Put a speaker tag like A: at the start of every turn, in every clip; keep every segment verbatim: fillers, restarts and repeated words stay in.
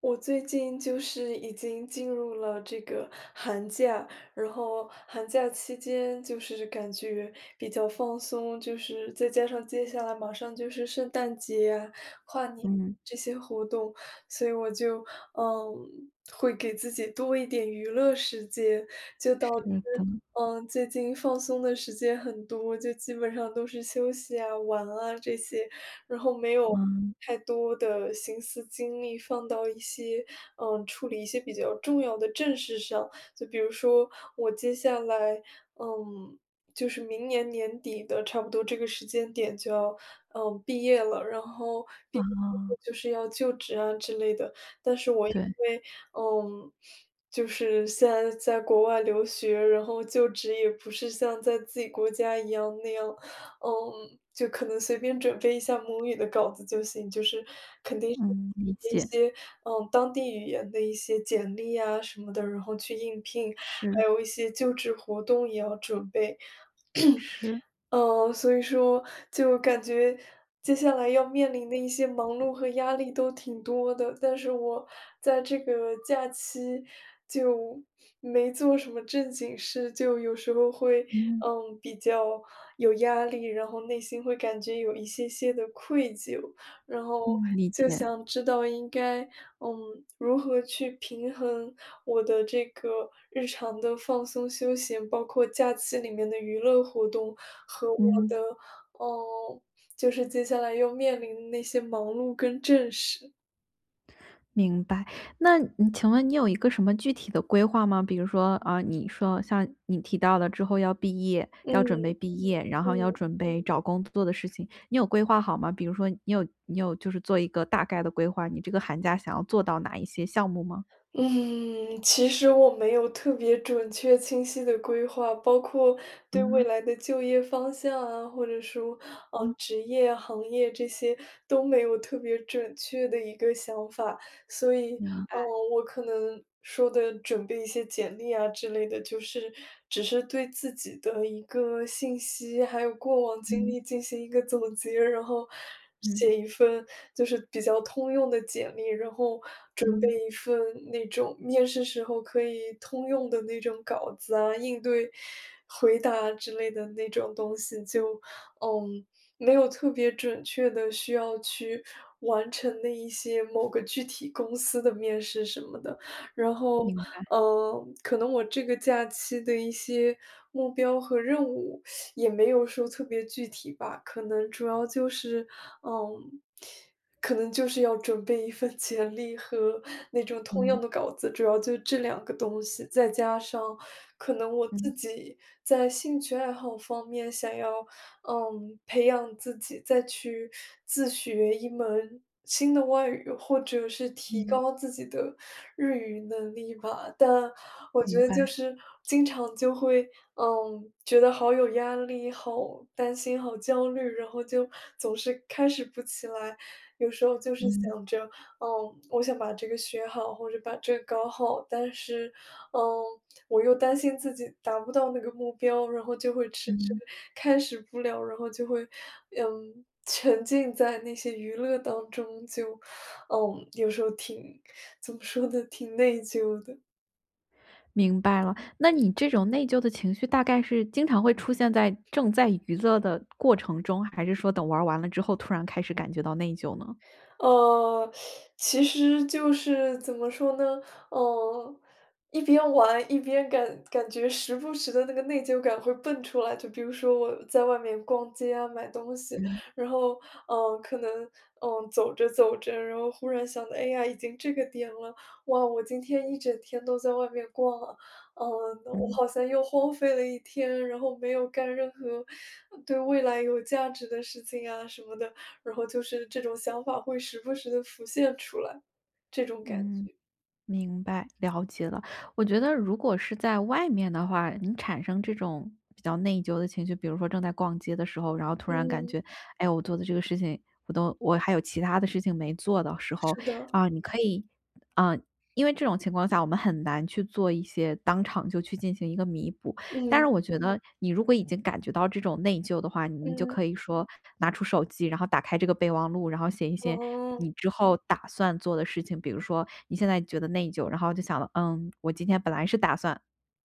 A: 我最近就是已经进入了这个寒假，然后寒假期间就是感觉比较放松，就是再加上接下来马上就是圣诞节啊、跨年
B: 嗯，
A: 这些活动，所以我就嗯会给自己多一点娱乐时间，就
B: 是
A: 导致
B: 的，
A: 嗯最近放松的时间很多，就基本上都是休息啊、玩啊这些，然后没有
B: 嗯，
A: 太多的心思精力放到一些，嗯，处理一些比较重要的正事上。就比如说我接下来，嗯，就是明年年底的差不多这个时间点就要，嗯，毕业了，然后毕
B: 啊，
A: 业之后就是要就职啊之类的。但是我因
B: 对，
A: 为，嗯，就是现在在国外留学，然后就职也不是像在自己国家一样那样嗯，就可能随便准备一下母语的稿子就行，就是肯定是
B: 嗯。理
A: 一
B: 解，
A: 些，嗯，当地语言的一些简历啊什么的，然后去应聘，还
B: 是，
A: 有一些就职活动也要准备。
B: 是，
A: 嗯，所以说就感觉接下来要面临的一些忙碌和压力都挺多的，但是我在这个假期就没做什么正经事，就有时候会，
B: 嗯，
A: 嗯，比较有压力，然后内心会感觉有一些些的愧疚，然后
B: 嗯。理
A: 就
B: 解，
A: 想知道应该，嗯，如何去平衡我的这个日常的放松休闲，包括假期里面的娱乐活动和我的，
B: 嗯，
A: 嗯，就是接下来要面临的那些忙碌跟正事。
B: 明白。那你请问你有一个什么具体的规划吗？比如说，啊，你说像你提到了之后要毕业，要准备
A: 嗯，
B: 毕业，然后要
A: 嗯，
B: 准备找工作的事情，你有规划好吗？比如说你有你有就是做一个大概的规划，你这个寒假想要做到哪一些项目吗？
A: 嗯，其实我没有特别准确清晰的规划，包括对未
B: 嗯
A: 来的就业方向啊，或者说，
B: 嗯，
A: 呃，职业行业这些都没有特别准确的一个想法，所以
B: 明白，
A: 嗯，我可能说的准备一些简历啊之类的，就是只是对自己的一个信息，还有过往经
B: 嗯，
A: 历进行一个总结，然后
B: 嗯，
A: 写一份就是比较通用的简历，然后准备
B: 嗯，
A: 一份那种面试时候可以通用的那种稿子啊，应对回答之类的那种东西，就嗯，没有特别准确的需要去完成那一些某个具体公司的面试什么的。然后，
B: 明白，
A: 呃，可能我这个假期的一些目标和任务也没有说特别具体吧，可能主要就是，嗯，可能就是要准备一份 简历和那种通
B: 嗯，
A: 用的稿子，主要就这两个东西，再加上可能我
B: 嗯。
A: 自己在兴趣爱好方面想要嗯，培养自己再去自学一门新的外语，或者是提
B: 嗯，
A: 高自己的日语能力吧。但我觉
B: 明
A: 得就
B: 白，
A: 是经常就会，嗯，觉得好有压力，好担心，好焦虑，然后就总是开始不起来。有时候就是
B: 嗯
A: 想着，嗯，我想把这个学好，或者把这个搞好，但是，嗯。我又担心自己达不到那个目标，然后就会迟迟
B: 嗯，
A: 开始不了，然后就会，嗯，沉浸在那些娱乐当中，就，嗯，有时候挺怎么说呢，挺内疚的。
B: 明白了。那你这种内疚的情绪大概是经常会出现在正在娱乐的过程中，还是说等玩儿完了之后突然开始感觉到内疚呢？
A: 呃，其实就是怎么说呢？嗯，一边玩一边感感觉时不时的那个内疚感会蹦出来。就比如说我在外面逛街啊，买东西，
B: 嗯
A: 然后嗯，可能嗯走着走着，然后忽然想到，哎呀，已经这个点了，哇，我今天一整天都在外面逛啊，嗯，我
B: 嗯
A: 好像又荒废了一天，然后没有干任何对未来有价值的事情啊什么的。然后就是这种想法会时不时的浮现出来，这种感
B: 嗯。
A: 觉。
B: 明白，了解了。我觉得如果是在外面的话，你产生这种比较内疚的情绪，比如说正在逛街的时候，然后突然感
A: 嗯，
B: 觉，哎，我做的这个事情，我都我还有其他的事情没做的时候，
A: 是的，
B: 啊，你可以，啊，因为这种情况下，我们很难去做一些当场就去进行一个弥补。但是
A: 嗯，
B: 我觉得你如果已经感觉到这种内疚的话，你就
A: 嗯，
B: 可以说拿出手机，然后打开这个备忘录，然后写一些
A: 哦，
B: 你之后打算做的事情。比如说你现在觉得内疚，然后就想了，嗯，我今天本来是打算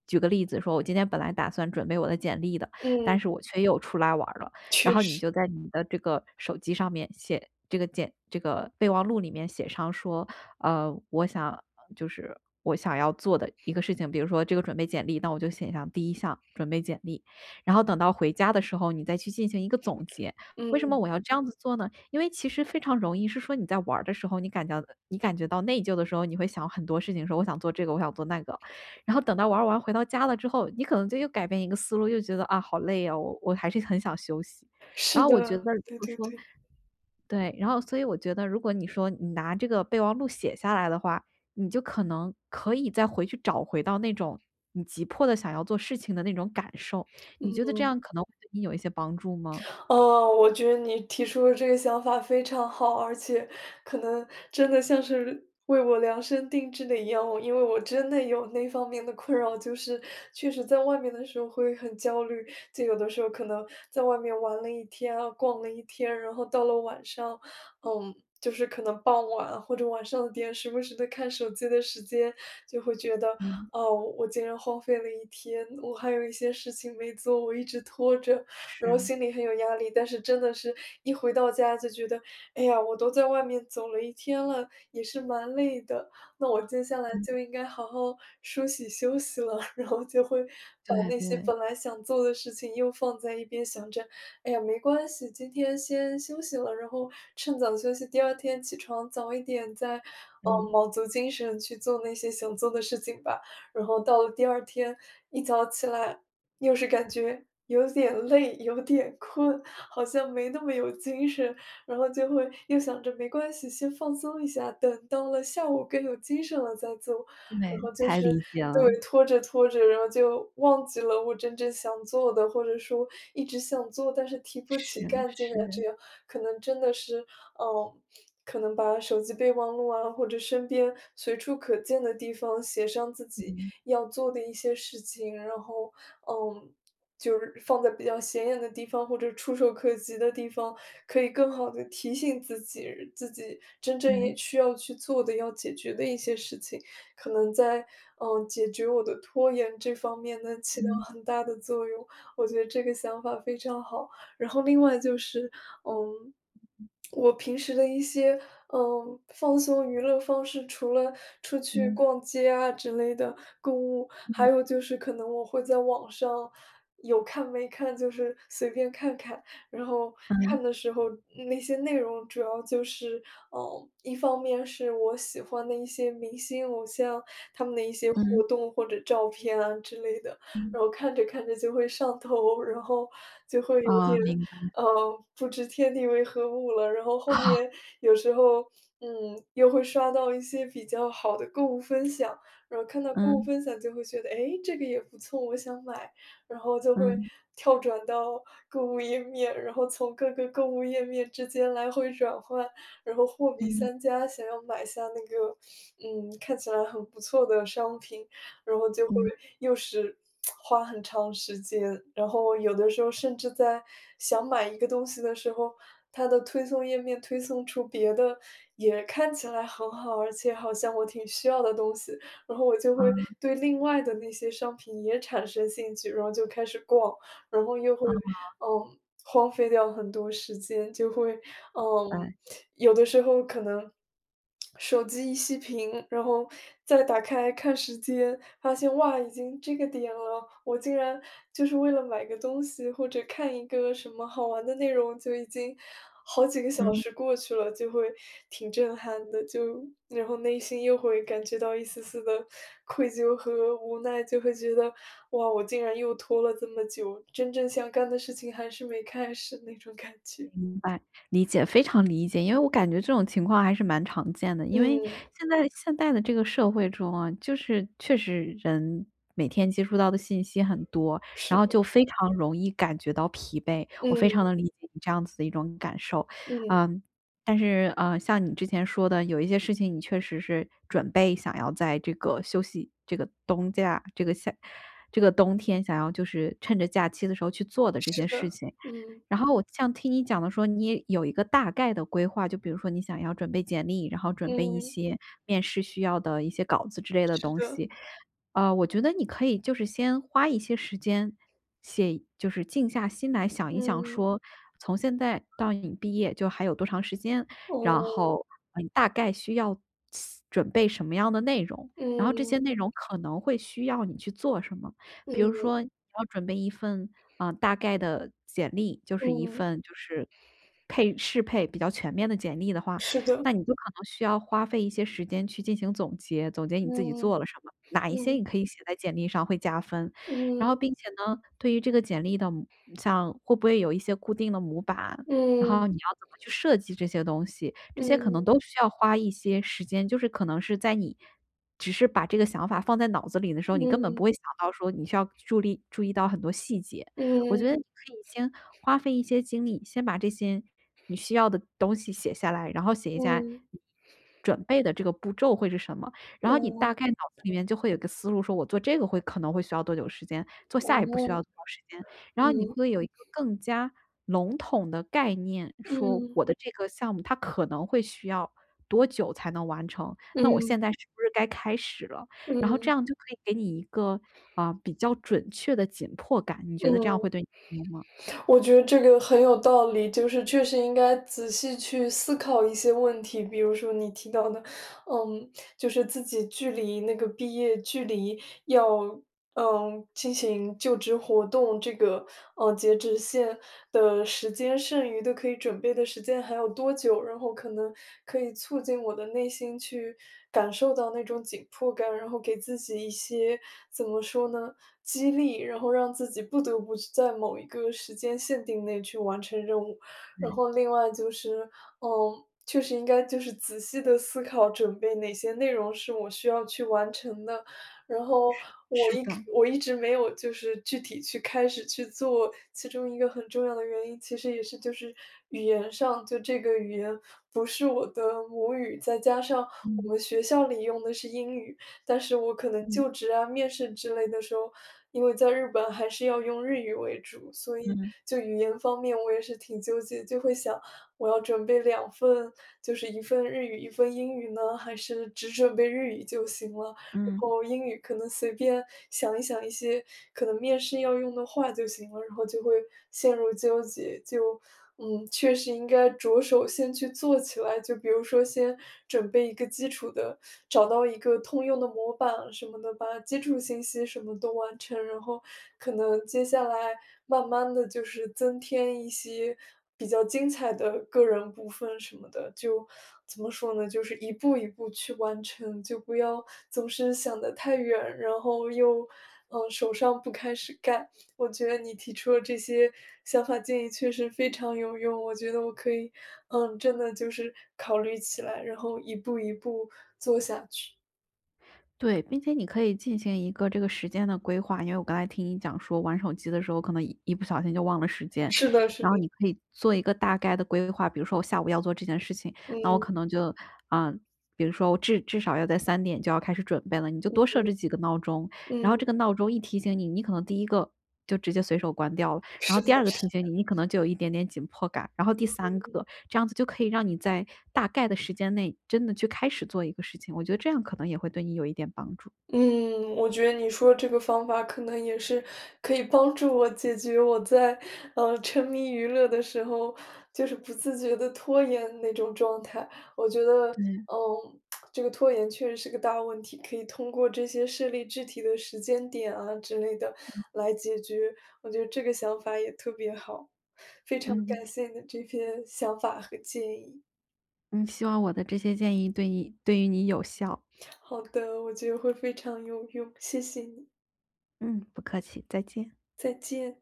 B: 举个例子说，我今天本来打算准备我的简历的，但
A: 嗯。
B: 是我却又出来玩儿了。然
A: 确
B: 后你
A: 实，
B: 就在你的这个手机上面写这个简这个备忘录里面写上说，呃，我想就是我想要做的一个事情，比如说这个准备简历，那我就写上第一项准备简历，然后等到回家的时候，你再去进行一个总结。为什么
A: 嗯，
B: 我要这样子做呢？因为其实非常容易，是说你在玩儿的时候，你感觉你感觉到内疚的时候，你会想很多事情，说我想做这个，我想做那个，然后等到玩儿完回到家了之后，你可能就又改变一个思路，又觉得啊好累啊，我我还是很想休息。然
A: 是
B: 后我觉得
A: 的，
B: 如
A: 对
B: 果
A: 对
B: 说
A: 对，
B: 对，然后所以我觉得，如果你说你拿这个备忘录写下来的话，你就可能可以再回去找回到那种你急迫的想要做事情的那种感受，你觉得这样
A: 嗯。
B: 可能会对你有一些帮助吗？
A: 哦，我觉得你提出的这个想法非常好，而且可能真的像是为我量身定制的一样，我因为我真的有那方面的困扰，就是确实在外面的时候会很焦虑，就有的时候可能在外面玩了一天啊，逛了一天，然后到了晚上，嗯，就是可能傍晚或者晚上的点，时不时的看手机的时间，就会觉得
B: 嗯，
A: 哦，我竟然荒废了一天，我还有一些事情没做，我一直拖着，然
B: 是，
A: 后心里很有压力。但是真的是一回到家就觉得，哎呀，我都在外面走了一天了，也是蛮累的，那我接下来
B: 对，
A: 就应该好好梳洗休息了。然后就会把
B: 对
A: 那些
B: 对，
A: 本来想做的事情又放在一边，想着，哎呀，没关系，今天先休息了，然后趁早休息，第二天起床早一点再，嗯，
B: 嗯，
A: 卯足精神去做那些想做的事情吧。然后到了第二天，一早起来，又是感觉有点累，有点困，好像没那么有精神，然后就会又想着没关系，先放松一下，等到了下午更有精神了再做。然
B: 对，
A: 后就
B: 太
A: 是，
B: 理解了，
A: 对，拖着拖着，然后就忘记了我真正想做的，或者说一直想做，但是提不
B: 是
A: 起干劲啊，
B: 是，
A: 这样可能真的是，嗯，可能把手机备忘录啊，或者身边随处可见的地方写上自己
B: 嗯，
A: 要做的一些事情，然后，嗯，就是放在比较显眼的地方或者触手可及的地方，可以更好的提醒自己，自己真正
B: 对，
A: 也需要去做的、要解决的一些事情，可能在，嗯，解决我的拖延这方面能起到
B: 嗯
A: 很大的作用。我觉得这个想法非常好。然后另外就是，嗯，我平时的一些嗯，放松娱乐方式除了出去
B: 嗯
A: 逛街啊之类的购物，还
B: 嗯
A: 有就是可能我会在网上有看没看，就是随便看看。然后
B: 嗯
A: 看的时候，那些内容主要就是，嗯，一方面是我喜欢的一些明星偶像，他们的一些
B: 嗯
A: 活动或者照片啊之类的，
B: 嗯，
A: 然后看着看着就会上头，然后就会有
B: 啊，
A: 点，
B: 明白，
A: 呃，不知天地为何物了。然后后
B: 好，
A: 面有时候，嗯，又会刷到一些比较好的购物分享，然后看到购物
B: 嗯
A: 分享就会觉得，哎，这个也不错，我想买，然后就会
B: 嗯
A: 跳转到购物页面，然后从各个购物页面之间来回转换，然后货比
B: 嗯
A: 三家，想要买下那个，嗯，看起来很不错的商品。然后就会
B: 嗯，
A: 又是花很长时间，然后有的时候甚至在想买一个东西的时候，它的推送页面推送出别的也看起来很好，而且好像我挺需要的东西，然后我就
B: 啊
A: 会嗯对另外的那些商品也产生兴趣，然后就开始逛，然后又会，
B: 啊，
A: 嗯，荒废掉很多时间，就会，
B: 明
A: 嗯，
B: 白
A: 有的时候可能手机一熄屏，然后再打开看时间，发现哇，已经这个点了，我竟然就是为了买个东西或者看一个什么好玩的内容，就已经好几个小
B: 嗯。
A: 时过去了，就会挺震撼的，就然后内心又会感觉到一丝丝的愧疚和无奈，就会觉得哇，我竟然又拖了这么久，真正想干的事情还是没开始那种感觉。
B: 明白，理解，非常理解。因为我感觉这种情况还是蛮常见的，因为
A: 嗯，
B: 现在现在的这个社会中啊，就是确实人每天接触到的信息很多，
A: 是
B: 然
A: 的，
B: 后就非常容易感觉到疲惫。我非常
A: 嗯。
B: 能理解你这样子的一种感受，
A: 嗯，
B: 嗯。但是，呃，像你之前说的，有一些事情你确实是准备想要在这个休息、这个冬假、这个夏、这个冬天，想要就是趁着假期的时候去做的这些
A: 是
B: 事
A: 的，
B: 情，
A: 嗯，
B: 然后我像听你讲的说，你也有一个大概的规划，就比如说你想要准备简历，然后准备一
A: 嗯，
B: 些面试需要的一些稿子之类的
A: 是
B: 东
A: 的，
B: 西。呃，我觉得你可以就是先花一些时间写，就是静下心来想一想
A: 嗯，
B: 说，从现在到你毕业就还有多长时间，然
A: 哦，
B: 后呃你大概需要准备什么样的内容，然后这些
A: 嗯，
B: 内容可能会需要你去做什么。比如说
A: 嗯，
B: 你要准备一份，啊，呃大概的简历，就是一
A: 嗯，
B: 份就是配适配比较全面的简历的话，
A: 是的，
B: 那你就可能需要花费一些时间去进行总结，总结你自己
A: 嗯，
B: 做了什么，哪一些
A: 嗯，
B: 你可以写在简历上会加分。然后
A: 嗯，
B: 并且呢，对于这个简历的模像会不会有一些固定的模板，然后
A: 嗯，
B: 你要怎么去设计这些东西，这些可
A: 嗯，
B: 能都需要花一些时间，就是可能是在你只是把这个想法放在脑子里的时候，你根本不
A: 嗯，
B: 会想到说你需要注力注意到很多细节。我觉
A: 嗯，
B: 得你可以先花费一些精力，先把这些你需要的东西写下来，然后写一下
A: 嗯，
B: 你准备的这个步骤会是什么，然后你大概
A: 哦，
B: 脑子里面就会有个思路，说我做这个会可能会需要多久时间，做
A: 哦，
B: 下一步需要多少时间，然后你
A: 嗯，
B: 会有一个更加笼统的概念，说
A: 嗯，
B: 我的这个项目它可能会需要多久才能完成，那我
A: 嗯，
B: 现在是不是该开始了？
A: 嗯，
B: 然后这
A: 嗯。
B: 样就可以给你一个，啊，比较准确的紧迫感，你觉得这样
A: 嗯
B: 会对你有用吗？
A: 我觉得这个很有道理，就是确实应该仔细去思考一些问题，比如说你提到的，嗯，就是自己距离那个毕业距离要，嗯，进行就职活动这个，呃，截止线的时间，剩余的可以准备的时间还有多久，然后可能可以促进我的内心去感受到那种紧迫感，然后给自己一些，怎么说呢？激励，然后让自己不得不去在某一个时间限定内去完成任务。然
B: 对，
A: 后另外就是，嗯，确实应该就是仔细的思考准备哪些内容是我需要去完成的。然后我
B: 是
A: 一
B: 的，
A: 我一直没有就是具体去开始去做，其中一个很重要的原因，其实也是就是语言上，就这个语言不是我的母语，再加上
B: 嗯，
A: 我们学校里用的是英语，但是我可能
B: 嗯，
A: 就职啊、面试之类的时候，因为在日本还是要用日语为主，所以
B: 嗯，
A: 就语言方面我也是挺纠结，就会想我要准备两份，就是一份日语、一份英语呢，还是只准备日语就行了？然
B: 嗯。
A: 后英语可能随便想一想一些可能面试要用的话就行了，然后就会陷入纠结，就嗯，确实应该着手先去做起来，就比如说先准备一个基础的，找到一个通用的模板啊什么的，把基础信息什么都完成，然后可能接下来慢慢的就是增添一些比较精彩的个人部分什么的。就怎么说呢，就是一步一步去完成，就不要总是想得太远，然后又，嗯手上不开始干。我觉得你提出的这些想法建议确实非常有用，我觉得我可以，嗯，真的就是考虑起来，然后一步一步做下去。
B: 对，并且你可以进行一个这个时间的规划，因为我刚才听你讲说玩手机的时候，可能一一不小心就忘了时间，
A: 是的，是
B: 然
A: 的，
B: 后你可以做一个大概的规划，比如说我下午要做这件事情，那我可
A: 嗯
B: 能就，啊、比如说我至至少要在三点就要开始准备了，你就多设
A: 嗯
B: 置几个闹钟，然
A: 嗯，
B: 后这个闹钟一提醒你，你可能第一个就直接随手关掉了，然后
A: 是
B: 第
A: 的。
B: 二个提醒你，你可能就有一点点紧迫感，然后第三个，这样子就可以让你在大概的时间内真的去开始做一个事情，我觉得这样可能也会对你有一点帮助。
A: 嗯，我觉得你说这个方法可能也是可以帮助我解决我在，呃，沉迷娱乐的时候，就是不自觉的拖延那种状态。我觉得，
B: 对，
A: 嗯，这个拖延确实是个大问题，可以通过这些设立具体的时间点啊之类的来解决。我觉得这个想法也特别好，非常
B: 嗯
A: 感谢你的这些想法和建议。
B: 嗯，希望我的这些建议对你对于你有效。
A: 好的，我觉得会非常有用，谢谢你，
B: 嗯，不客气，再见。
A: 再见。